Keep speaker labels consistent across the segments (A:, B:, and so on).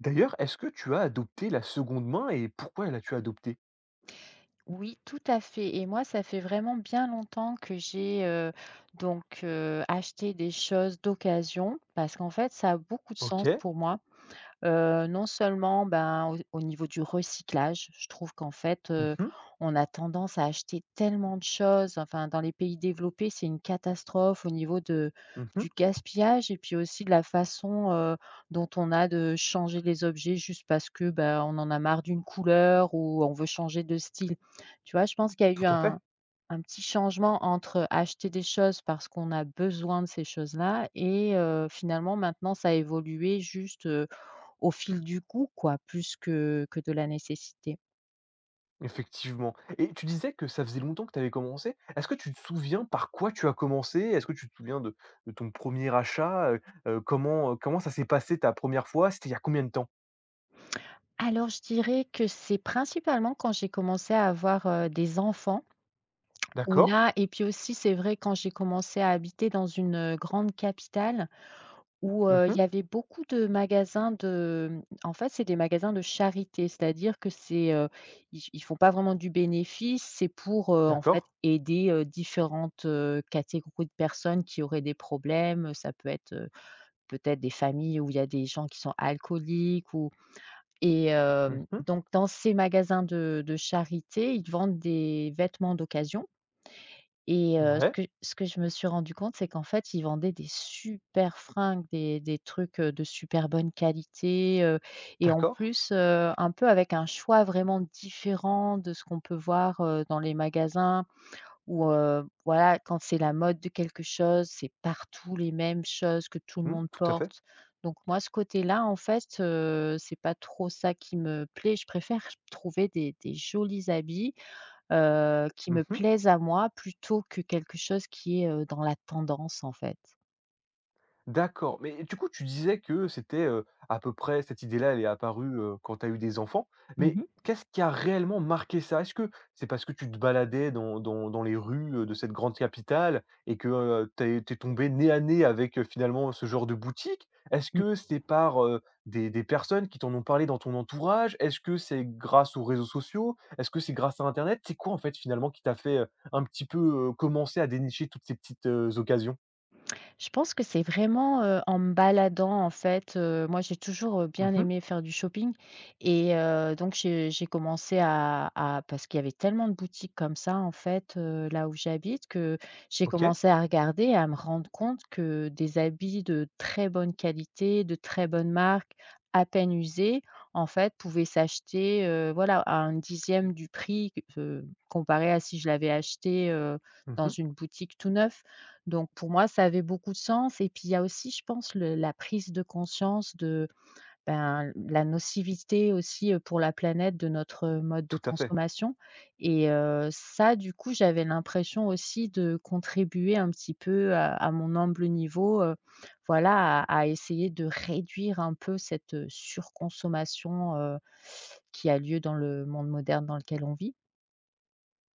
A: D'ailleurs, est-ce que tu as adopté la seconde main et pourquoi l'as-tu adoptée?
B: Oui, tout à fait et moi, ça fait vraiment bien longtemps que j'ai, donc acheté des choses d'occasion parce qu'en fait, ça a beaucoup de sens
A: OK.
B: pour moi. Non seulement, ben, au niveau du recyclage, je trouve qu'en fait,
A: Mmh mh.
B: on a tendance à acheter tellement de choses, enfin, dans les pays développés, c'est une catastrophe au niveau de
A: Mmh.
B: du gaspillage et puis aussi de la façon, dont on a de changer les objets juste parce que, ben on en a marre d'une couleur ou on veut changer de style. Tu vois? Je pense qu'il y a eu
A: Tout à fait,
B: un petit changement entre acheter des choses parce qu'on a besoin de ces choses-là et finalement maintenant ça a évolué juste, au fil du goût quoi, plus que de la nécessité.
A: effectivement et tu disais que ça faisait longtemps que tu avais commencé. Est-ce que tu te souviens par quoi tu as commencé? Est-ce que tu te souviens de ton premier achat? Comment ça s'est passé ta première fois? C'était il y a combien de temps?
B: Alors je dirais que c'est principalement quand j'ai commencé à avoir, des enfants ou
A: D'accord.
B: là et puis aussi c'est vrai quand j'ai commencé à habiter dans une, grande capitale où, il
A: Mmh.
B: y avait beaucoup de magasins en fait c'est des magasins de charité. C'est-à-dire que c'est, ils font pas vraiment du bénéfice, c'est pour, en
A: D'accord.
B: fait aider, différentes, catégories de personnes qui auraient des problèmes. Ça peut être, peut-être des familles où il y a des gens qui sont alcooliques ou et
A: Mmh.
B: donc dans ces magasins de charité, ils vendent des vêtements d'occasion et ce
A: Ouais.
B: que ce que je me suis rendu compte, c'est qu'en fait, ils vendaient des super fringues, des trucs, de super bonne qualité, et en
A: D'accord.
B: plus, un peu avec un choix vraiment différent de ce qu'on peut voir, dans les magasins. Ou, voilà, quand c'est la mode de quelque chose, c'est partout les mêmes choses que tout le
A: Mmh.
B: monde
A: Tout à fait.
B: porte. Donc moi, ce côté-là, en fait, c'est pas trop ça qui me plaît. Je préfère trouver des jolis habits, qui me
A: Mmh.
B: plaisent à moi plutôt que quelque chose qui est, dans la tendance, en fait.
A: D'accord, mais du coup, tu disais que c'était, à peu près cette idée-là, elle est apparue, quand tu as eu des enfants, mais
B: Mmh.
A: qu'est-ce qui a réellement marqué ça? Est-ce que c'est parce que tu te baladais dans les rues, de cette grande capitale et que, tu es tombé nez à nez avec, finalement, ce genre de boutique? Est-ce que c'est par, des personnes qui t'en ont parlé dans ton entourage? Est-ce que c'est grâce aux réseaux sociaux? Est-ce que c'est grâce à internet? C'est quoi, en fait, finalement, qui t'a fait, un petit peu, commencer à dénicher toutes ces petites, occasions?
B: Je pense que c'est vraiment, en me baladant en fait, moi j'ai toujours, bien
A: Mmh.
B: aimé faire du shopping et donc j'ai commencé à parce qu'il y avait tellement de boutiques comme ça en fait, là où j'habite que j'ai
A: OK.
B: commencé à regarder et à me rendre compte que des habits de très bonne qualité, de très bonne marque, à peine usés, en fait pouvaient s'acheter, voilà à un dixième du prix, comparé à si je l'avais acheté, dans
A: Mmh.
B: une boutique tout neuf. Donc pour moi, ça avait beaucoup de sens et puis il y a aussi, je pense, le la prise de conscience de, ben, la nocivité aussi, pour la planète de notre, mode de
A: Tout à fait.
B: consommation et ça, du coup, j'avais l'impression aussi de contribuer un petit peu à mon humble niveau, voilà, à essayer de réduire un peu cette, surconsommation, qui a lieu dans le monde moderne dans lequel on vit.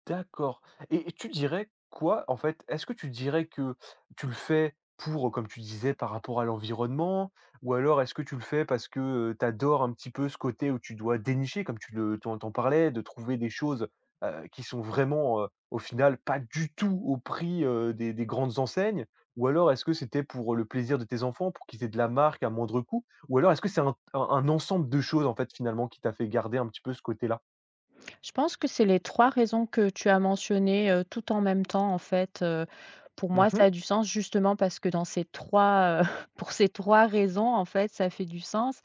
A: D'accord et tu dirais quoi, en fait? Est-ce que tu dirais que tu le fais pour, comme tu disais, par rapport à l'environnement? Ou alors est-ce que tu le fais parce que, tu adores un petit peu ce côté où tu dois dénicher, comme tu en parlais, de trouver des choses, qui sont vraiment, au final, pas du tout au prix, des grandes enseignes? Ou alors est-ce que c'était pour le plaisir de tes enfants, pour qu'ils aient de la marque à moindre coût? Ou alors est-ce que c'est un ensemble de choses, en fait, finalement, qui t'a fait garder un petit peu ce côté-là?
B: Je pense que c'est les 3 raisons que tu as mentionnées, tout en même temps, en fait, pour
A: Mmh
B: moi,
A: mh.
B: ça a du sens justement parce que dans ces 3, pour ces 3 raisons, en fait, ça fait du sens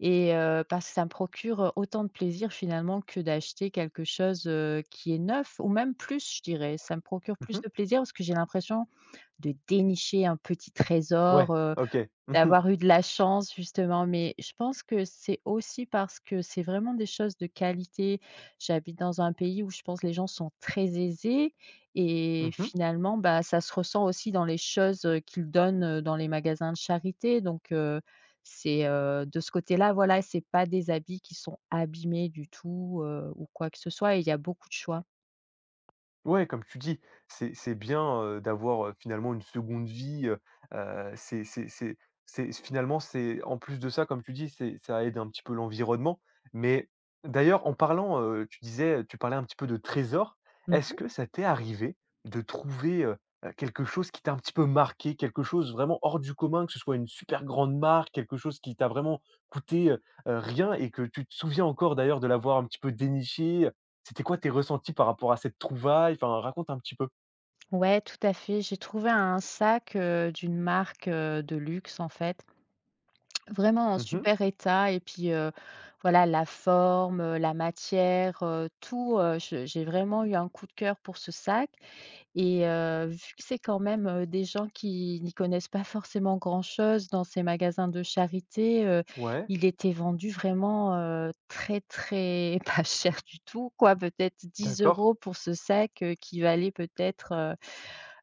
B: et parce que ça me procure, autant de plaisir finalement que d'acheter quelque chose, qui est neuf ou même plus, je dirais. Ça me procure plus
A: Mmh.
B: de plaisir parce que j'ai l'impression de dénicher un petit
A: Ouais,
B: trésor,
A: OK. Mmh mh.
B: d'avoir eu de la chance justement, mais je pense que c'est aussi parce que c'est vraiment des choses de qualité. J'habite dans un pays où je pense les gens sont très aisés et
A: Mmh.
B: finalement, bah, ça se ressent aussi dans les choses, qu'ils donnent, dans les magasins de charité donc c'est, de ce côté-là, voilà, c'est pas des habits qui sont abîmés du tout, ou quoi que ce soit et il y a beaucoup de choix.
A: Ouais, comme tu dis, c'est bien, d'avoir, finalement une seconde vie. Heu heu, c'est c'est c'est c'est finalement, c'est en plus de ça, comme tu dis, c'est ça aide un petit peu l'environnement. Mais d'ailleurs, en parlant, tu parlais un petit peu de trésor. Est-ce
B: Mmh.
A: que ça t'est arrivé de trouver, quelque chose qui t'a un petit peu marqué, quelque chose vraiment hors du commun, que ce soit une super grande marque, quelque chose qui t'a vraiment coûté, rien et que tu te souviens encore d'ailleurs de l'avoir un petit peu déniché. C'était quoi tes ressentis par rapport à cette trouvaille? Enfin, raconte un petit peu.
B: Ouais, tout à fait. J'ai trouvé un sac, d'une marque, de luxe en fait. Vraiment en
A: Mmh.
B: super état et puis, voilà la forme, la matière, tout, je j'ai vraiment eu un coup de cœur pour ce sac et vu que c'est quand même, des gens qui n'y connaissent pas forcément grand-chose dans ces magasins de charité,
A: Ouais,
B: il était vendu vraiment, très, très pas cher du tout quoi, peut-être dix
A: d'accord.
B: euros pour ce sac, qui valait peut-être,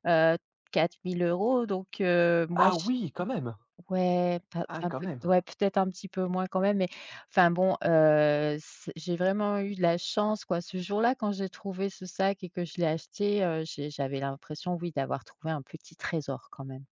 B: heu, 4 000 €. Donc, moi.
A: Ah oui, quand même!
B: Ouais, pas
A: Ah
B: enfin,
A: quand
B: peut
A: même.
B: ouais, peut-être un petit peu moins quand même, mais enfin bon, c j'ai vraiment eu de la chance, quoi. Ce jour-là, quand j'ai trouvé ce sac et que je l'ai acheté, j'avais l'impression, oui, d'avoir trouvé un petit trésor quand même.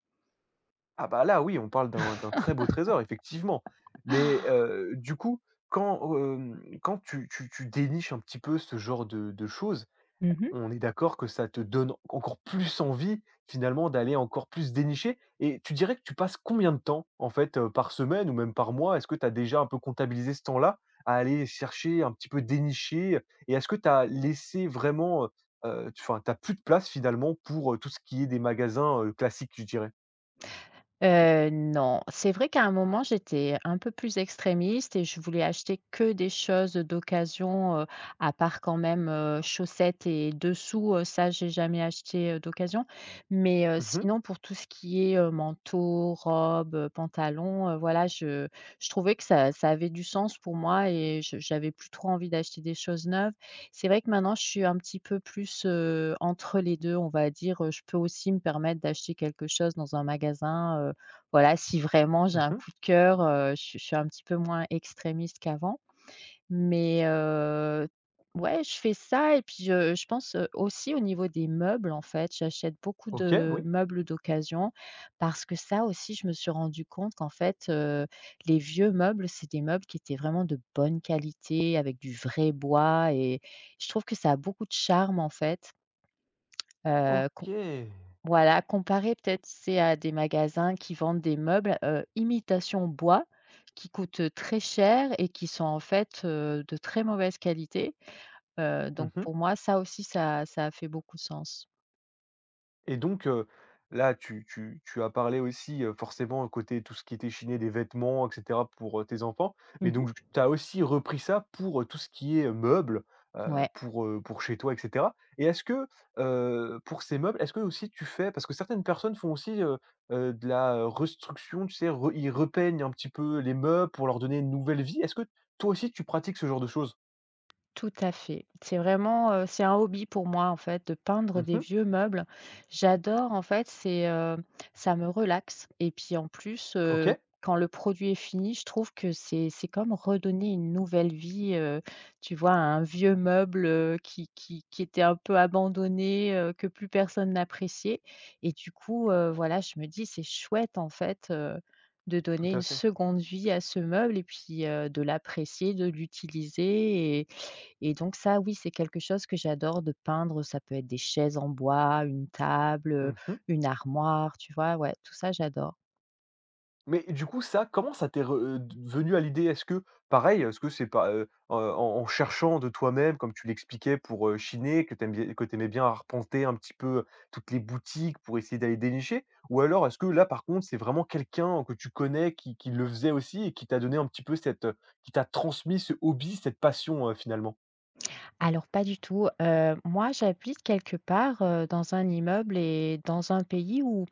A: Ah bah là, oui, on parle d'un très beau trésor, effectivement. Mais, du coup, quand tu déniches un petit peu ce genre de choses,
B: Mmh.
A: on est d'accord que ça te donne encore plus envie, finalement, d'aller encore plus dénicher et tu dirais que tu passes combien de temps, en fait, par semaine ou même par mois? Est-ce que tu as déjà un peu comptabilisé ce temps-là à aller chercher, un petit peu dénicher? Et est-ce que tu as laissé vraiment, tu enfin, tu plus de place, finalement, pour, tout ce qui est des magasins, classiques, je dirais?
B: Non, c'est vrai qu'à un moment, j'étais un peu plus extrémiste et je voulais acheter que des choses d'occasion, à part quand même, chaussettes et dessous, ça j'ai jamais acheté, d'occasion. Mais,
A: Mmh mh.
B: sinon pour tout ce qui est, manteau, robe, pantalon, voilà, je trouvais que ça avait du sens pour moi et je j'avais plus trop envie d'acheter des choses neuves. C'est vrai que maintenant, je suis un petit peu plus, entre les 2, on va dire, je peux aussi me permettre d'acheter quelque chose dans un magasin, voilà, si vraiment j'ai un
A: Mmh.
B: coup de cœur, je suis un petit peu moins extrémiste qu'avant. Mais ouais, je fais ça et puis, je pense, aussi au niveau des meubles, en fait, j'achète beaucoup
A: OK,
B: de
A: oui.
B: meubles d'occasion parce que ça aussi, je me suis rendu compte qu'en fait, les vieux meubles, c'est des meubles qui étaient vraiment de bonne qualité avec du vrai bois et je trouve que ça a beaucoup de charme, en fait, heu
A: OK.
B: voilà, comparer peut-être, c'est à des magasins qui vendent des meubles, imitation bois, qui coûtent très cher et qui sont en fait, de très mauvaise qualité. Donc
A: Mmh.
B: pour moi, ça aussi, ça a fait beaucoup de sens.
A: Et donc, là, tu as parlé aussi, forcément, côté tout ce qui était chiné des vêtements, et cetera, pour, tes enfants. Mais
B: Mmh.
A: donc, tu as aussi repris ça pour, tout ce qui est, meubles, heu,
B: Ouais.
A: pour, heu, pour chez toi, et cetera. Et est-ce que, pour ces meubles, est-ce que aussi tu fais parce que certaines personnes font aussi, de la, restruction, tu sais, re ils repeignent un petit peu les meubles pour leur donner une nouvelle vie. Est-ce que toi aussi tu pratiques ce genre de choses?
B: Tout à fait. C'est vraiment, c'est un hobby pour moi, en fait, de peindre des
A: Mmh.
B: vieux meubles. J'adore, en fait, ça me relaxe et puis, en plus,
A: OK,
B: quand le produit est fini, je trouve que c'est comme redonner une nouvelle vie, tu vois, à un vieux meuble, qui était un peu abandonné, que plus personne n'appréciait et du coup, voilà, je me dis: «C'est chouette, en fait, de
A: tout
B: donner une
A: à fait.
B: seconde vie à ce meuble et puis, de l'apprécier, de l'utiliser». Et donc ça, oui, c'est quelque chose que j'adore de peindre. Ça peut être des chaises en bois, une table,
A: Mmh.
B: une armoire, tu vois? Ouais, tout ça, j'adore.
A: Mais du coup, ça, comment ça t'est re d venu à l'idée? Est-ce que pareil, est-ce que c'est pas, en cherchant de toi-même, comme tu l'expliquais pour, chiner, que tu bien arpenter un petit peu toutes les boutiques pour essayer d'aller dénicher? Ou alors est-ce que là, par contre, c'est vraiment quelqu'un que tu connais qui le faisait aussi et qui t'a donné un petit peu qui t'a transmis ce hobby, cette passion, finalement?
B: Alors pas du tout, moi, j'habite quelque part, dans un immeuble et dans un pays où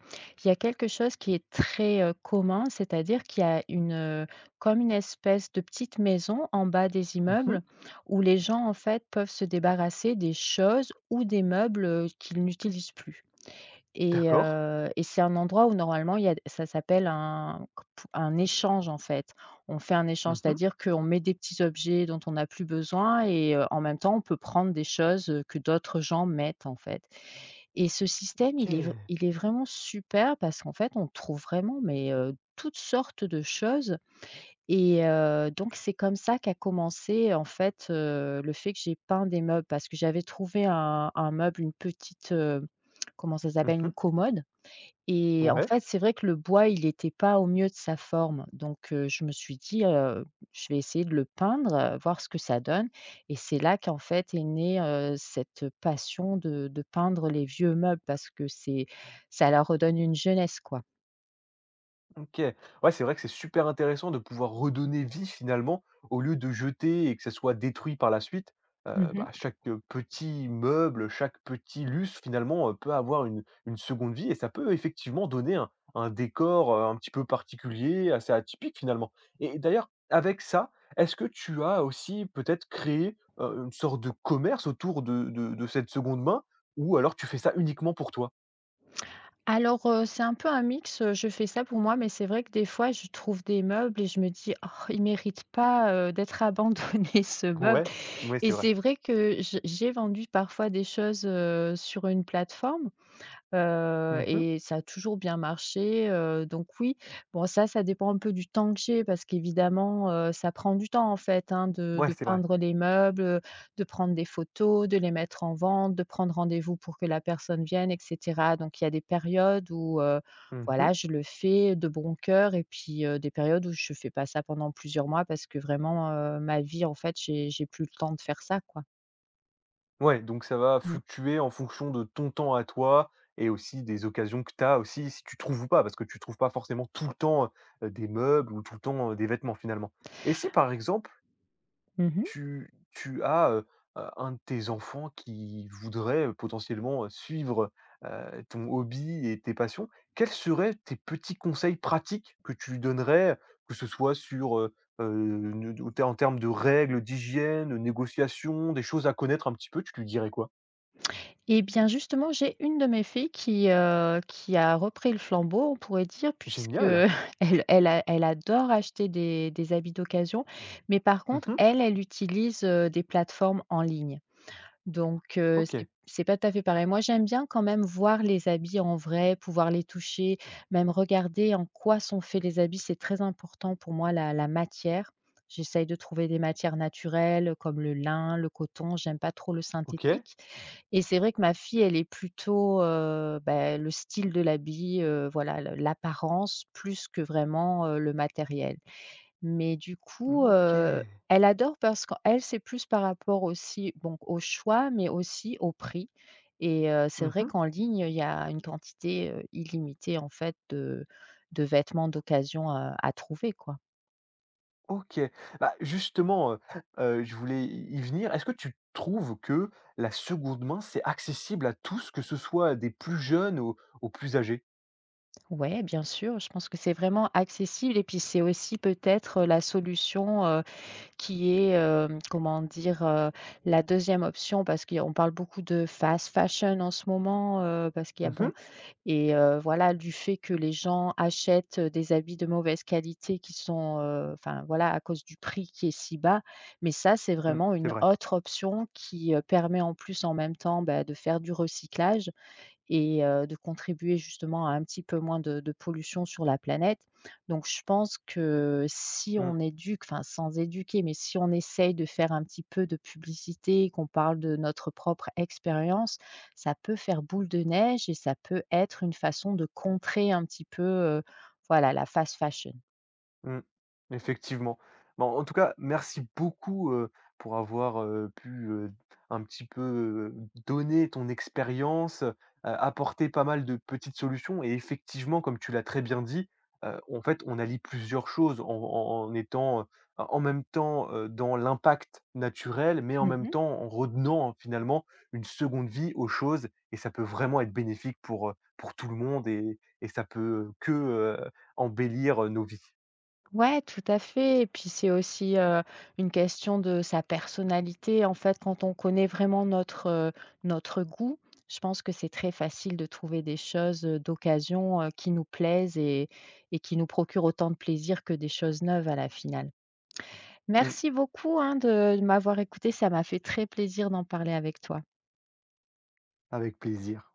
B: il y a quelque chose qui est très, commun, c'est-à-dire qu'il y a une, comme une espèce de petite maison en bas des
A: Mmh.
B: immeubles où les gens, en fait, peuvent se débarrasser des choses ou des meubles, qu'ils n'utilisent plus. Et
A: D'accord.
B: heu et c'est un endroit où normalement il y a ça s'appelle un échange en fait. On fait un échange,
A: Mmh.
B: c'est-à-dire qu'on met des petits objets dont on n'a plus besoin et en même temps on peut prendre des choses, que d'autres gens mettent en fait et ce système
A: OK.
B: il est vraiment super parce qu'en fait on trouve vraiment toutes sortes de choses et donc c'est comme ça qu'a commencé en fait, le fait que j'ai peint des meubles parce que j'avais trouvé un meuble, une petite, comment ça s'appelle? Une
A: Mmh.
B: commode. Et en
A: Ouais.
B: fait, c'est vrai que le bois, il n'était pas au mieux de sa forme. Donc, je me suis dit, «Je vais essayer de le peindre, voir ce que ça donne» et c'est là qu'en fait est née, cette passion de peindre les vieux meubles parce que c'est ça leur redonne une jeunesse, quoi.
A: OK. Ouais, c'est vrai que c'est super intéressant de pouvoir redonner vie finalement, au lieu de jeter et que ça soit détruit par la suite. Heu,
B: Mmh.
A: bah, chaque, petit meuble, chaque petit lustre finalement, peut avoir une seconde vie et ça peut effectivement donner un décor, un petit peu particulier, assez atypique finalement. Et d'ailleurs, avec ça, est-ce que tu as aussi peut-être créé, une sorte de commerce autour de cette seconde main? Ou alors tu fais ça uniquement pour toi?
B: Alors, c'est un peu un mix, je fais ça pour moi, mais c'est vrai que des fois je trouve des meubles et je me dis: «Oh, il mérite pas, d'être abandonné ce meuble»
A: Ouais, ouais,
B: et
A: c'est vrai.
B: c'est vrai que je j'ai vendu parfois des choses, sur une plateforme.
A: Mmh.
B: Et ça a toujours bien marché, donc oui. Bon ça dépend un peu du temps que j'ai parce qu'évidemment, ça prend du temps en fait, hein, de
A: Ouais,
B: de
A: c'est vrai.
B: peindre les meubles, de prendre des photos, de les mettre en vente, de prendre rendez-vous pour que la personne vienne et cetera. Donc il y a des périodes où,
A: Mmh.
B: voilà, je le fais de bon cœur et puis, des périodes où je fais pas ça pendant plusieurs mois parce que vraiment, ma vie en fait, j'ai plus le temps de faire ça, quoi.
A: Ouais, donc ça va
B: Mmh.
A: fluctuer en fonction de ton temps à toi et aussi des occasions que tu as aussi, si tu trouves ou pas, parce que tu trouves pas forcément tout le temps, des meubles ou tout le temps, des vêtements finalement. Et si par exemple
B: Mmh.
A: tu as, un de tes enfants qui voudrait, potentiellement, suivre, ton hobby et tes passions, quels seraient tes petits conseils pratiques que tu lui donnerais, que ce soit sur, ne en termes de règles, d'hygiène, de négociations, des choses à connaître un petit peu, tu lui dirais quoi?
B: Et bien, justement, j'ai une de mes filles qui a repris le flambeau, on pourrait dire, puisque
A: Génial.
B: elle adore acheter des habits d'occasion, mais par contre,
A: Mmh.
B: elle, elle utilise, des plateformes en ligne. Donc, c'est
A: OK,
B: c'est pas tout à fait pareil. Moi, j'aime bien quand même voir les habits en vrai, pouvoir les toucher, même regarder en quoi sont faits les habits. C'est très important pour moi la matière. J'essaye de trouver des matières naturelles, comme le lin, le coton, j'aime pas trop le
A: OK,
B: synthétique. Et c'est vrai que ma fille, elle est plutôt, bah, le style de l'habit, voilà le l'apparence plus que vraiment, le matériel. Mais du
A: mmh,
B: coup,
A: OK.
B: elle adore parce qu'elle, c'est plus par rapport aussi bon au choix, mais aussi au prix et c'est vrai
A: Mmh.
B: qu'en ligne, il y a une quantité, illimitée en fait de vêtements d'occasion, à trouver quoi.
A: OK. Bah, justement, je voulais y venir. Est-ce que tu trouves que la seconde main, c'est accessible à tous, que ce soit des plus jeunes aux plus âgés?
B: Ouais, bien sûr, je pense que c'est vraiment accessible et puis c'est aussi peut-être la solution, qui est, comment dire? La deuxième option parce qu'on parle beaucoup de fast fashion en ce moment, parce qu'il y a
A: Mmh
B: bon
A: mh.
B: et voilà, du fait que les gens achètent, des habits de mauvaise qualité qui sont, enfin, voilà, à cause du prix qui est si bas. Mais ça, c'est
A: Mmh,
B: vraiment
A: c'est
B: une
A: vrai.
B: autre option qui, permet en plus, en même temps, bah, de faire du recyclage et de contribuer justement à un petit peu moins de pollution sur la planète. Donc je pense que si
A: Mmh.
B: on éduque, enfin sans éduquer, mais si on essaye de faire un petit peu de publicité, qu'on parle de notre propre expérience, ça peut faire boule de neige et ça peut être une façon de contrer un petit peu, voilà la fast fashion.
A: Mmh. Effectivement. Bon, en tout cas, merci beaucoup, pour avoir, pu, un petit peu, donner ton expérience, apporter pas mal de petites solutions et effectivement, comme tu l'as très bien dit, en fait, on allie plusieurs choses en étant, en même temps, dans l'impact naturel, mais en même
B: Mmh.
A: temps en redonnant finalement une seconde vie aux choses et ça peut vraiment être bénéfique pour tout le monde et ça peut que, embellir, nos vies.
B: Ouais, tout à fait. Et puis c'est aussi, une question de sa personnalité. En fait, quand on connaît vraiment notre goût, je pense que c'est très facile de trouver des choses, d'occasion, qui nous plaisent et qui nous procurent autant de plaisir que des choses neuves à la finale.
A: Mmh.
B: Merci beaucoup, hein, de m'avoir écoutée, ça m'a fait très plaisir d'en parler avec toi.
A: Avec plaisir.